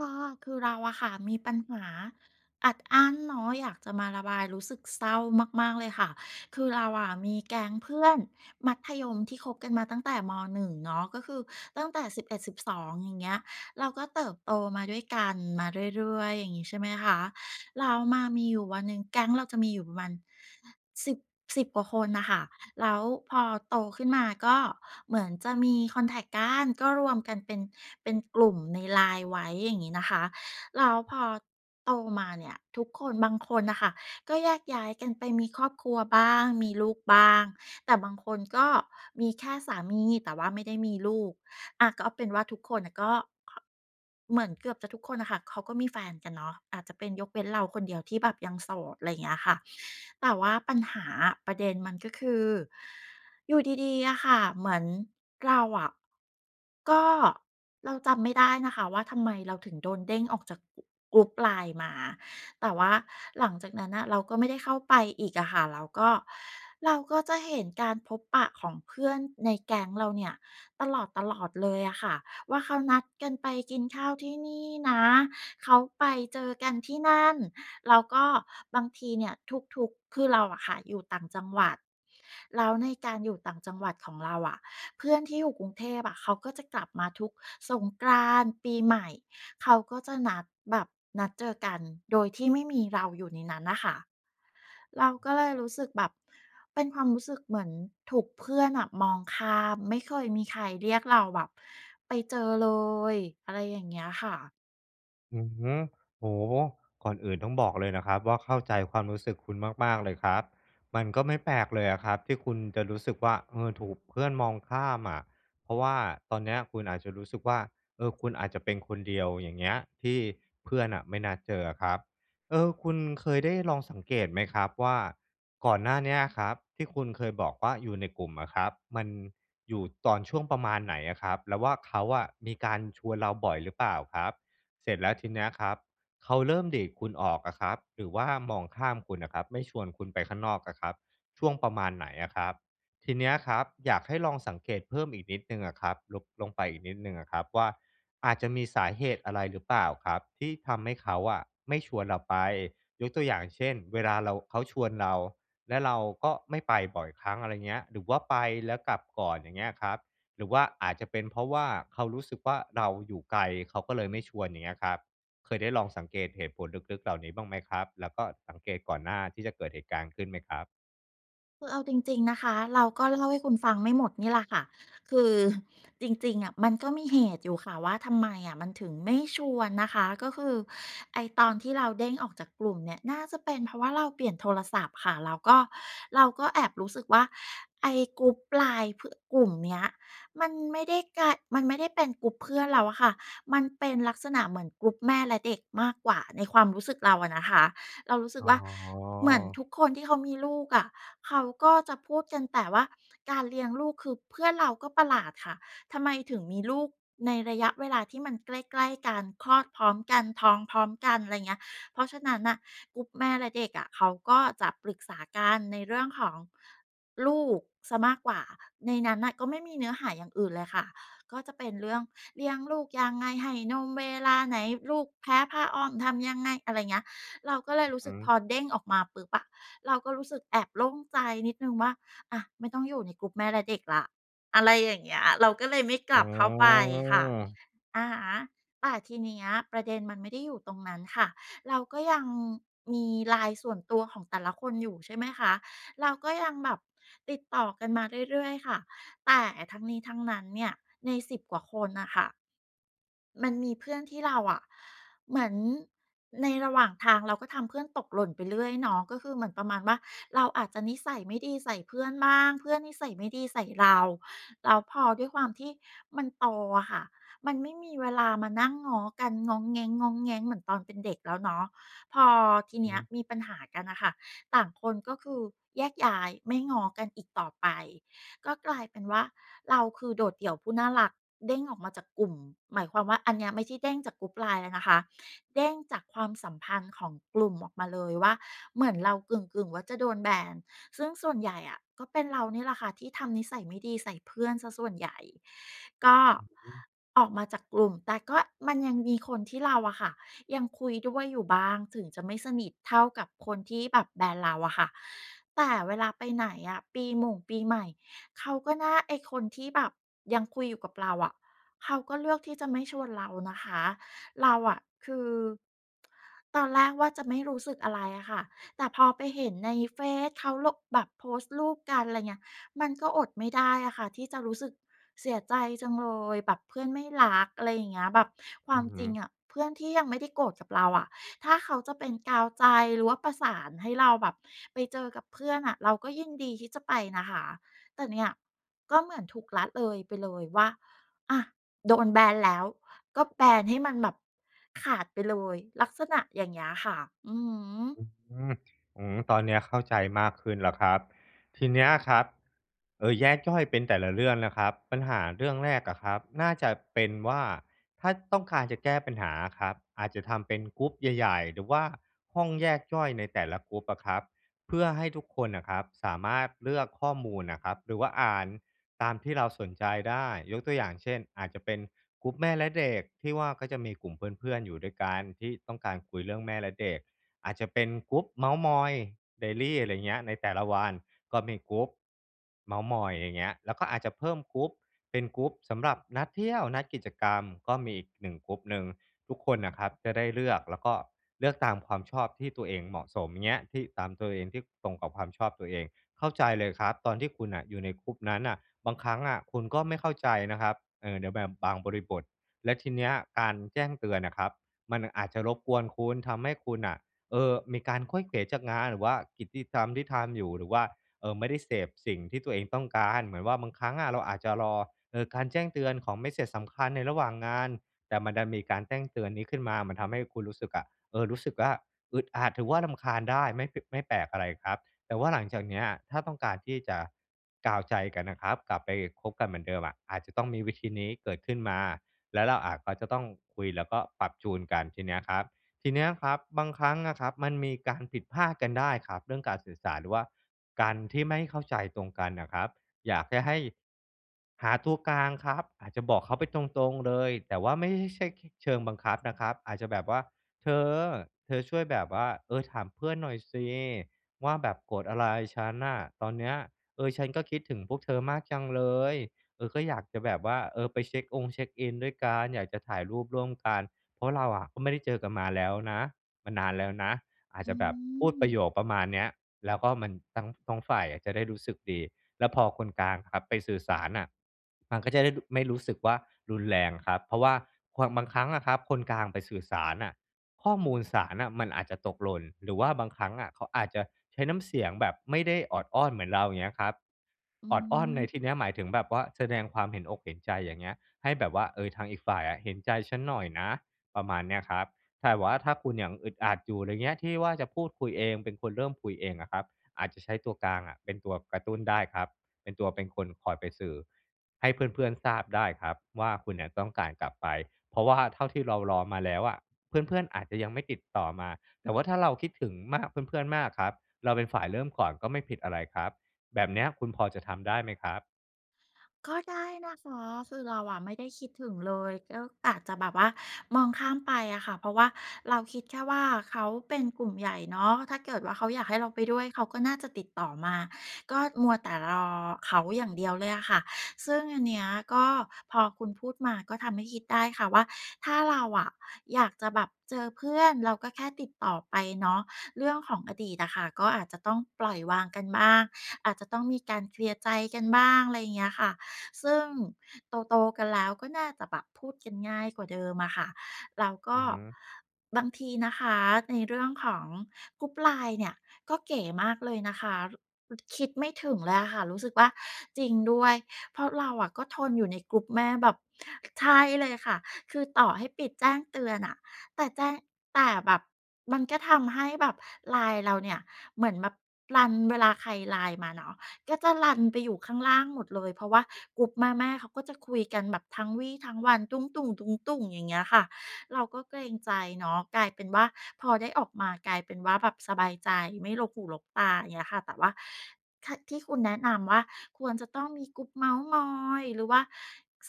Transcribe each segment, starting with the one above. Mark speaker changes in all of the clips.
Speaker 1: ก็คือเราอะค่ะมีปัญหาอัดอั้นเนาะอยากจะมาระบายรู้สึกเศร้ามากๆเลยค่ะคือเราอะมีแก๊งเพื่อนมัธยมที่คบกันมาตั้งแต่ม1เนาะก็คือตั้งแต่11-12อดสิบสองอย่างเงี้ยเราก็เติบโตมาด้วยกันเรื่อยๆอย่างงี้ใช่ไหมคะ แล้วมามีอยู่วันหนึ่งแก๊งเราจะมีอยู่ประมาณ10ิบสิบกว่าคนน่ะค่ะแล้วพอโตขึ้นมาก็เหมือนจะมีคอนแท็กกันก็รวมกันเป็นกลุ่มใน LINE ไว้อย่างงี้นะคะแล้วพอโตมาเนี่ยทุกคนบางคนน่ะค่ะก็แยกย้ายกันไปมีครอบครัวบ้างมีลูกบ้างแต่บางคนก็มีแค่สามีแต่ว่าไม่ได้มีลูก อะก็เอาเป็นว่าทุกคนน่ะก็เหมือนเกือบจะทุกคนนะค่ะเขาก็มีแฟนกันเนาะอาจจะเป็นยกเว้นเราคนเดียวที่แบบยังโสดอะไรอย่างเงี้ยค่ะแต่ว่าปัญหาประเด็นมันก็คืออยู่ดีๆอะค่ะเหมือนเราอะก็เราจำไม่ได้นะคะว่าทำไมเราถึงโดนเด้งออกจากกลุ่ม l ลน e มา แต่ว่าหลังจากนั้นนะเราก็ไม่ได้เข้าไปอีกอะค่ะเราก็จะเห็นการพบปะของเพื่อนในแก๊งเราเนี่ยตลอดๆเลยอะค่ะว่าเขานัดกันไปกินข้าวที่นี่นะเขาไปเจอกันที่นั่นแล้วก็บางทีเนี่ยทุกๆคือเราอะค่ะอยู่ต่างจังหวัดแล้วในการอยู่ต่างจังหวัดของเราอะเพื่อนที่อยู่กรุงเทพอะเขาก็จะกลับมาทุกสงกรานต์ปีใหม่ เขาก็จะนัดแบบนัดเจอกันโดยที่ไม่มีเราอยู่ในนั้นน่ะค่ะเราก็เลยรู้สึกแบบเป็นความรู้สึกเหมือนถูกเพื่อนอะมองข้ามไม่เคยมีใครเรียกเราแบบไปเจอเลยอะไรอย่างเงี้ยค่ะ
Speaker 2: อืมโอ้โหก่อนอื่นต้องบอกเลยนะครับว่าเข้าใจความรู้สึกคุณมากๆเลยครับ มันก็ไม่แปลกเลยอะครับที่คุณจะรู้สึกว่าเออถูกเพื่อนมองข้ามอะเพราะว่าตอนเนี้ยคุณอาจจะรู้สึกว่าเออคุณอาจจะเป็นคนเดียวอย่างเงี้ยที่เพื่อนไม่น่าเจอครับเออคุณเคยได้ลองสังเกตไหมครับว่าก่อนหน้าเนี้ยครับที่คุณเคยบอกว่าอยู่ในกลุ่มอะครับมันอยู่ตอนช่วงประมาณไหนอะครับแล้วว่าเขาอะมีการชวนเราบ่อยหรือเปล่าครับ เสร็จแล้วทีเนี้ยครับเขาเริ่มดีดทคุณออกอะครับหรือว่ามองข้ามคุณนะครับไม่ชวนคุณไปข้างนอกอะครับช่วงประมาณไหนอะครับทีเนี้ยครับอยากให้ลองสังเกตเพิ่มอีกนิดหนึ่งอะครับลงไปอีกนิดหนึ่งอะครับว่าอาจจะมีสาเหตุอะไรหรือเปล่าครับที่ทำให้เขาอะไม่ชวนเราไปยกตัวอย่างเช่นเวลาเราเขาชวนเราและเราก็ไม่ไปบ่อยครั้งอะไรเงี้ยหรือว่าไปแล้วกลับก่อนอย่างเงี้ยครับ หรือว่าอาจจะเป็นเพราะว่าเขารู้สึกว่าเราอยู่ไกลเขาก็เลยไม่ชวนอย่างเงี้ยครับเคยได้ลองสังเกตเหตุผลลึกๆเหล่านี้บ้างไหมครับแล้วก็สังเกตก่อนหน้าที่จะเกิดเหตุการณ์ขึ้นไหมครับ
Speaker 1: คือเอาจริงๆนะคะเราก็เล่าให้คุณฟังไม่หมดนี่แหละค่ะคือ จริงๆอะมันก็มีเหตุอยู่ค่ะว่าทำไมอะมันถึงไม่ชวนนะคะก็คือไอ้ตอนที่เราเด้งออกจากกลุ่มเนี่ยน่าจะเป็นเพราะว่าเราเปลี่ยนโทรศัพท์ค่ะแล้วก็เราก็แอบรู้สึกว่าไอ้กรุ๊ป LINE เพื่อกลุ่มเนี้ยมันไม่ได้เป็นกรุ๊ปเพื่อนแล้วอะค่ะมันเป็นลักษณะเหมือนกรุ๊ปแม่และเด็กมากกว่าในความรู้สึกเราอะนะคะ เรารู้สึก
Speaker 2: อ๋
Speaker 1: ว่า
Speaker 2: อ
Speaker 1: เหมือนทุกคนที่เขามีลูกอะะเขาก็จะพูดกันแต่ว่าการเลี้ยงลูกคือเพื่อนเราก็ประหลาดค่ะทำไมถึงมีลูกในระยะเวลาที่มันใกล้ๆกันคลอดพร้อมกันท้องพร้อมกันอะไรเงี้ยเพราะฉะนั้นน่ะกลุ่มแม่และเด็กอะะเขาก็จะปรึกษากันในเรื่องของลูกซะมากกว่าในนั้นน่ะก็ไม่มีเนื้อหาอย่างอื่นเลยค่ะก็จะเป็นเรื่องเลี้ยงลูกยังไงให้นมเวลาไหนลูกแพ้ผ้าอ้อมทำยังไงอะไรเงี้ย เราก็เลยรู้สึ
Speaker 2: อื
Speaker 1: ก
Speaker 2: ม
Speaker 1: พอเด้งออกมาปุ๊บอะเราก็รู้สึกแอบโล่งใจนิดหนึ่งว่าอะไม่ต้องอยู่ในกลุ่มแม่และเด็กละอะไรอย่างเงี้ยเราก็เลยไม่ก
Speaker 2: อ๋
Speaker 1: ลับเข้าไป
Speaker 2: อ
Speaker 1: ค่ะอะฮะแต่ทีเนี้ยประเด็นมันไม่ได้อยู่ตรงนั้นค่ะเราก็ยังมี l i n ส่วนตัวของแต่ละคนอยู่ใช่ไหมคะเราก็ยังแบบติดต่อกันมาเรื่อยๆค่ะแต่ทั้งนี้ทั้งนั้นเนี่ยใน10กว่าคนนะคะ มันมีเพื่อนที่เราอะเหมือนในระหว่างทางเราก็ทำเพื่อนตกหล่นไปเรื่อยเนาะก็คือเหมือนประมาณว่าเราอาจจะนิสัยไม่ดีใส่เพื่อนบ้างเพื่อนนิสัยไม่ดีใส่เราแล้วพอด้วยความที่มันโตอะค่ะมันไม่มีเวลามานั่งงอกันง้องแง้งๆเหมือนตอนเป็นเด็กแล้วเนาะพอทีเนี้ย
Speaker 2: อืม
Speaker 1: มีปัญหากันนะคะต่างคนก็คือแยกย้ายไม่งอกันอีกต่อไป ก็กลายเป็นว่าเราคือโดดเดี่ยวผู้น่ารักเด้งออกมาจากกลุ่มหมายความว่าอันเนี้ยไม่ใช่เด้งจากกลุ่ม LINE แล้วนะคะเด้งจากความสัมพันธ์ของกลุ่มออกมาเลยว่าเหมือนเรากึ่งๆว่าจะโดนแบนซึ่งส่วนใหญ่อะก็เป็นเราเนี่ยแหละค่ะที่ทำนิสัยไม่ดีใส่เพื่อนเสียส่วนใหญ่ก็ออกมาจากกลุ่มแต่ก็มันยังมีคนที่เราอะค่ะยังคุยด้วยอยู่บ้างถึงจะไม่สนิทเท่ากับคนที่แบบแบนเราอะค่ะแต่เวลาไปไหนอะปีหม่งปีใหม่ เขาก็น่าไอ้คนที่แบบยังคุยอยู่กับเราอะเขาก็เลือกที่จะไม่ชวนเรานะคะเราอะคือตอนแรกว่าจะไม่รู้สึกอะไรอะค่ะแต่พอไปเห็นในเฟซเขาลงแบบโพสต์รูปกันอะไรเงี้ยมันก็อดไม่ได้อะค่ะที่จะรู้สึกเสียใจจังเลยแบบเพื่อนไม่รักอะไรอย่างเงี้ยแบบควา
Speaker 2: อื
Speaker 1: มจริง
Speaker 2: ม
Speaker 1: อะเพื่อนที่ยังไม่ได้โกรธกับเราอะถ้าเขาจะเป็นกาวใจหรือว่าประสานให้เราแบบไปเจอกับเพื่อนอะเราก็ยินดีที่จะไปนะคะ แต่เนี่ยก็เหมือนถูกละเลยไปเลยว่าอ่ะโดนแบนแล้วก็แบนให้มันแบบขาดไปเลยลักษณะอย่างเงี้ยค่ะอือฮึ
Speaker 2: อืมอืมตอนเนี้ยเข้าใจมากขึ้นแล้วครับทีเนี้ยครับแยกย่อยเป็นแต่ละเรื่องนะครับปัญหาเรื่องแรกอะครับน่าจะเป็นว่าถ้าต้องการจะแก้ปัญหาอะครับอาจจะทำเป็นกรุ๊ปใหญ่ๆหรือว่าห้องแยกย่อยในแต่ละกรุ๊ปอะครับเพื่อให้ทุกคนน่ะครับสามารถเลือกข้อมูลน่ะครับหรือว่าอ่านตามที่เราสนใจได้ยกตัวอย่างเช่นอาจจะเป็นกรุ๊ปแม่และเด็กที่ว่าก็จะมีกลุ่มเพื่อนๆอยู่ด้วยกันที่ต้องการคุยเรื่องแม่และเด็ก อาจจะเป็นกรุ๊ปเมาท์มอยเดอี่อะไรเงี้ยในแต่ละวันก็มีกรุ๊ปเมาท์มอยอย่างเงี้ยแล้วก็อาจจะเพิ่มกรุ๊ปเป็นกรุ๊ปสำหรับนัดเที่ยวนัดกิจกรรมก็มีอีกหนึ่งกรุ๊ปหนึ่งทุกคนนะครับจะได้เลือกแล้วก็เลือกตามความชอบที่ตัวเองเหมาะสมเงี้ยที่ตามตัวเองที่ตรงกับความชอบตัวเองเข้าใจเลยครับตอนที่คุณอ่ะอยู่ในกรุ๊ปนั้นอ่ะบางครั้งอะคุณก็ไม่เข้าใจนะครับในแบบบางบริบทและทีเนี้ยการแจ้งเตือนน่ะครับมันอาจจะรบกวนคุณทำให้คุณอ่ะ เออมีการค่อยเขวจากงานหรือว่ากิจกรรมที่ทำอยู่หรือว่าเออไม่ได้เสพสิ่งที่ตัวเองต้องการเหมือนว่าบางครั้งอะเราอาจจะรอเออการแจ้งเตือนของไม่เสร็จสำคัญในระหว่างงานแต่มันดันมีการแจ้งเตือนนี้ขึ้นมามันทำให้คุณรู้สึกอะเออรู้สึกว่าอึดอัดถือว่าลำคาญได้ไม่แปลกอะไรครับแต่ว่าหลังจากเนี้ยถ้าต้องการที่จะกล่าวใจกันนะครับกลับไปคบกันเหมือนเดิมอะอาจจะต้องมีวิธีนี้เกิดขึ้นมาแล้วเราอาจก็จะต้องคุยแล้วก็ปรับจูนกันทีเนี้ยครับ ทีเนี้ยครับบางครั้งนะครับมันมีการผิดพลาดกันได้ครับเรื่องการสื่อสารหรือว่าการที่ไม่เข้าใจตรงกันนะครับอยากจะให้หาตัวกลางครับอาจจะบอกเขาไปตรงๆเลยแต่ว่าไม่ใช่เชิงบังคับนะครับอาจจะแบบว่าเธอเธอช่วยแบบว่าเออถามเพื่อนหน่อยสิว่าแบบโกรธอะไรฉันน่ะตอนเนี้ยเออฉันก็คิดถึงพวกเธอมากจังเลยเออก็อยากจะแบบว่าเออไปเช็คองค์เช็คอินด้วยกันอยากจะถ่ายรูปร่วมกัน เพราะเราอะก็ไม่ได้เจอกันมาแล้วนะมานานแล้วนะอาจ
Speaker 1: อื
Speaker 2: จะแบบพูด
Speaker 1: ม
Speaker 2: ประโยคประมาณเนี้ยแล้วก็มันทั้งฝ่ายอะจะได้รู้สึกดีแล้วพอคนกลางครับไปสื่อสารอ่ะมันก็จะได้ไม่รู้สึกว่ารุนแรงครับเพราะว่าความบางครั้งอะครับคนกลางไปสื่อสารอ่ะข้อมูลสารน่ะมันอาจจะตกหล่นหรือว่าบางครั้งอะเขาอาจจะใช้น้ำเสียงแบบไม่ได้ออดอ้อนเหมือนเราอย่างเงี้ยครับ
Speaker 1: อื
Speaker 2: ออดอ้อนในที่
Speaker 1: ม
Speaker 2: เนี้ยหมายถึงแบบว่าแสดงความเห็นอกเห็นใจอย่างเงี้ยให้แบบว่าเออทางอีกฝ่ายอะเห็นใจฉันหน่อยนะ ประมาณเนี้ยครับแต่ว่าถ้าคุณยังอึดอัดอยู่อะไรเงี้ยที่ว่าจะพูดคุยเองเป็นคนเริ่มคุยเองอะครับอาจจะใช้ตัวกลางอะเป็นตัวกระตุ้นได้ครับเป็นตัวเป็นคนคอยไปสื่อให้เพื่อนๆทราบได้ครับว่าคุณเนี่ยต้องการกลับไปเพราะว่าเท่าที่เรารอมาแล้วอะเพื่อนๆอาจจะยังไม่ติดต่อมาแต่ว่าถ้าเราคิดถึงมากเพื่อนๆมากครับเราเป็นฝ่ายเริ่มก่อนก็ไม่ผิดอะไรครับแบบเนี้ยคุณพอจะทำได้ไหมครับ
Speaker 1: ก็ได้นะคะคือเราอะไม่ได้คิดถึงเลยก็อาจจะแบบว่ามองข้ามไปอะค่ะเพราะว่าเราคิดแค่ว่าเขาเป็นกลุ่มใหญ่เนาะถ้าเกิดว่าเขาอยากให้เราไปด้วยเขาก็น่าจะติดต่อมาก็มัวแต่รอเขาอย่างเดียวเลยอะค่ะซึ่งอันเนี้ยก็พอคุณพูดมาก็ทำให้คิดได้ค่ะว่าถ้าเราอะอยากจะแบบเจอเพื่อนเราก็แค่ติดต่อไปเนาะเรื่องของอดีตอะค่ะก็อาจจะต้องปล่อยวางกันบ้างอาจจะต้องมีการเคลียร์ใจกันบ้างอะไรอย่างเงี้ยค่ะ ซึ่งโตๆกันแล้วก็น่าจะแบบพูดกันง่ายกว่าเดิมอะค่ะแล้วก็
Speaker 2: อือฮึ
Speaker 1: บางทีนะคะในเรื่องของกรุ๊ป LINE เนี่ยก็เก๋มากเลยนะคะรคิดไม่ถึงเลยอะค่ะรู้สึกว่าจริงด้วยเพราะเราอะก็ทนอยู่ในกรุ๊ปแม่แบบใช่เลยค่ะคือต่อให้ปิดแจ้งเตือนอะแต่แจ้งแต่แบบมันก็ทำให้แบบ LINE เราเนี่ยเหมือนแบบรันเวลาใคร LINE มาเนาะ ก็จะรันไปอยู่ข้างล่างหมดเลยเพราะว่ากลุ่มแม่ๆเขาก็จะคุยกันแบบทั้งวี่ทั้งวันตุ้งตุงตุ้งตุงอย่างเงี้ยค่ะเราก็เกรงใจเนาะกลายเป็นว่าพอได้ออกมากลายเป็นว่าแบบสบายใจไม่ลกหูลกตาอย่างเงี้ยค่ะแต่ว่าทที่คุณแนะนำว่าควรจะต้องมีกลุ่มเม้าส์มอยหรือว่า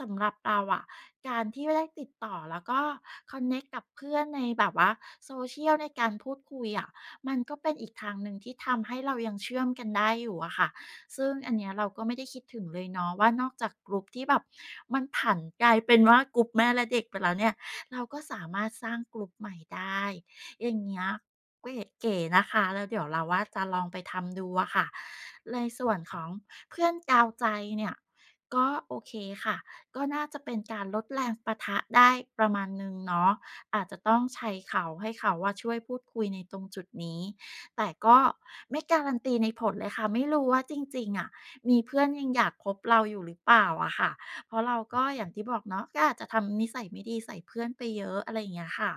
Speaker 1: สำหรับเราอะการที่ได้ติดต่อแล้วก็คอนเนกกับเพื่อนในแบบว่าโซเชียลในการพูดคุยอะมันก็เป็นอีกทางหนึ่งที่ทำให้เรายังเชื่อมกันได้อยู่อะค่ะ ซึ่งอันเนี้ยเราก็ไม่ได้คิดถึงเลยเนาะว่านอกจากกลุ่มที่แบบมันผันกลายเป็นว่ากลุ่มแม่และเด็กไปแล้วเนี่ยเราก็สามารถสร้างกลุ่มใหม่ได้อย่างเงี้ยเก๋เก๋ๆนะคะแล้วเดี๋ยวเราว่าจะลองไปทำดูอะค่ะในส่วนของเพื่อนกาวใจเนี่ยก็โอเคค่ะก็น่าจะเป็นการลดแรงปะทะได้ประมาณนึงเนาะอาจจะต้องใช้เขาให้เขาว่าช่วยพูดคุยในตรงจุดนี้ แต่ก็ไม่การันตีในผลเลยค่ะไม่รู้ว่าจริงๆอะมีเพื่อนยังอยากคบเราอยู่หรือเปล่าอะค่ะ เพราะเราก็อย่างที่บอกเนาะก็อาจจะทำนิสัยไม่ดีใส่เพื่อนไปเยอะอะไรอย่างเงี้ยค่ะ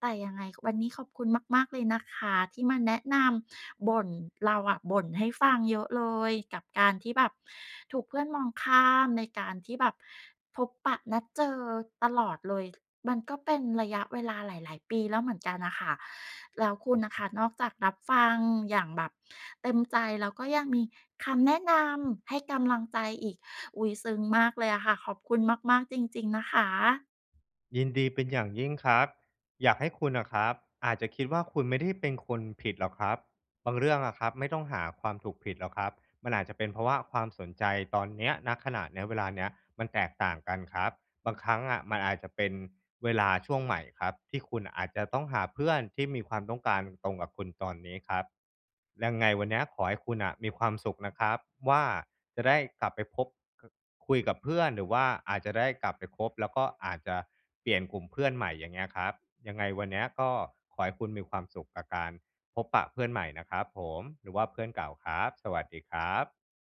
Speaker 1: แต่ยังไงวันนี้ขอบคุณมากๆเลยนะคะที่มาแนะนำบ่นเราอะบ่นให้ฟังเยอะเลยกับการที่แบบถูกเพื่อนมองข้ามในการที่แบบพบปะนัดเจอตลอดเลยมันก็เป็นระยะเวลาหลาย ๆปีแล้วเหมือนกันน่ะค่ะแล้วคุณน่ะค่ะนอกจากรับฟังอย่างแบบเต็มใจแล้วก็ยังมีคำแนะนำให้กำลังใจอีก อุ๊ยซึ้งมากเลยอะค่ะขอบคุณมากๆจริงๆนะคะ
Speaker 2: ยินดีเป็นอย่างยิ่งครับอยากให้คุณนะครับอาจจะคิดว่าคุณไม่ได้เป็นคนผิดหรอกครับบางเรื่องอะครับไม่ต้องหาความถูกผิดหรอกครับมันอาจจะเป็นเพราะว่าความสนใจตอนเนี้ยณขณะเนี้ยเวลาเนี้ยมันแตกต่างกันครับ บางครั้งอะมันอาจจะเป็นเวลาช่วงใหม่ครับที่คุณอาจจะต้องหาเพื่อนที่มีความต้องการตรงกับคุณตอนนี้ครับยังไงวันนี้ขอให้คุณอะมีความสุขนะครับว่าจะได้กลับไปพบคุยกับเพื่อนหรือว่าอาจจะได้กลับไปคบแล้วก็อาจจะเปลี่ยนกลุ่มเพื่อนใหม่อย่างเงี้ยครับยังไงวันนี้ก็ขอให้คุณมีความสุขกับการพบปะเพื่อนใหม่นะครับผมหรือว่าเพื่อนเก่าครับสวัสดีครับ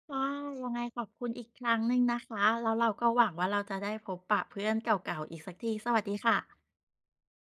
Speaker 1: ก็ยังไงขอบคุณอีกครั้งหนึ่งนะคะแล้วเราก็หวังว่าเราจะได้พบปะเพื่อนเก่าๆอีกสักทีสวัสดีค่ะ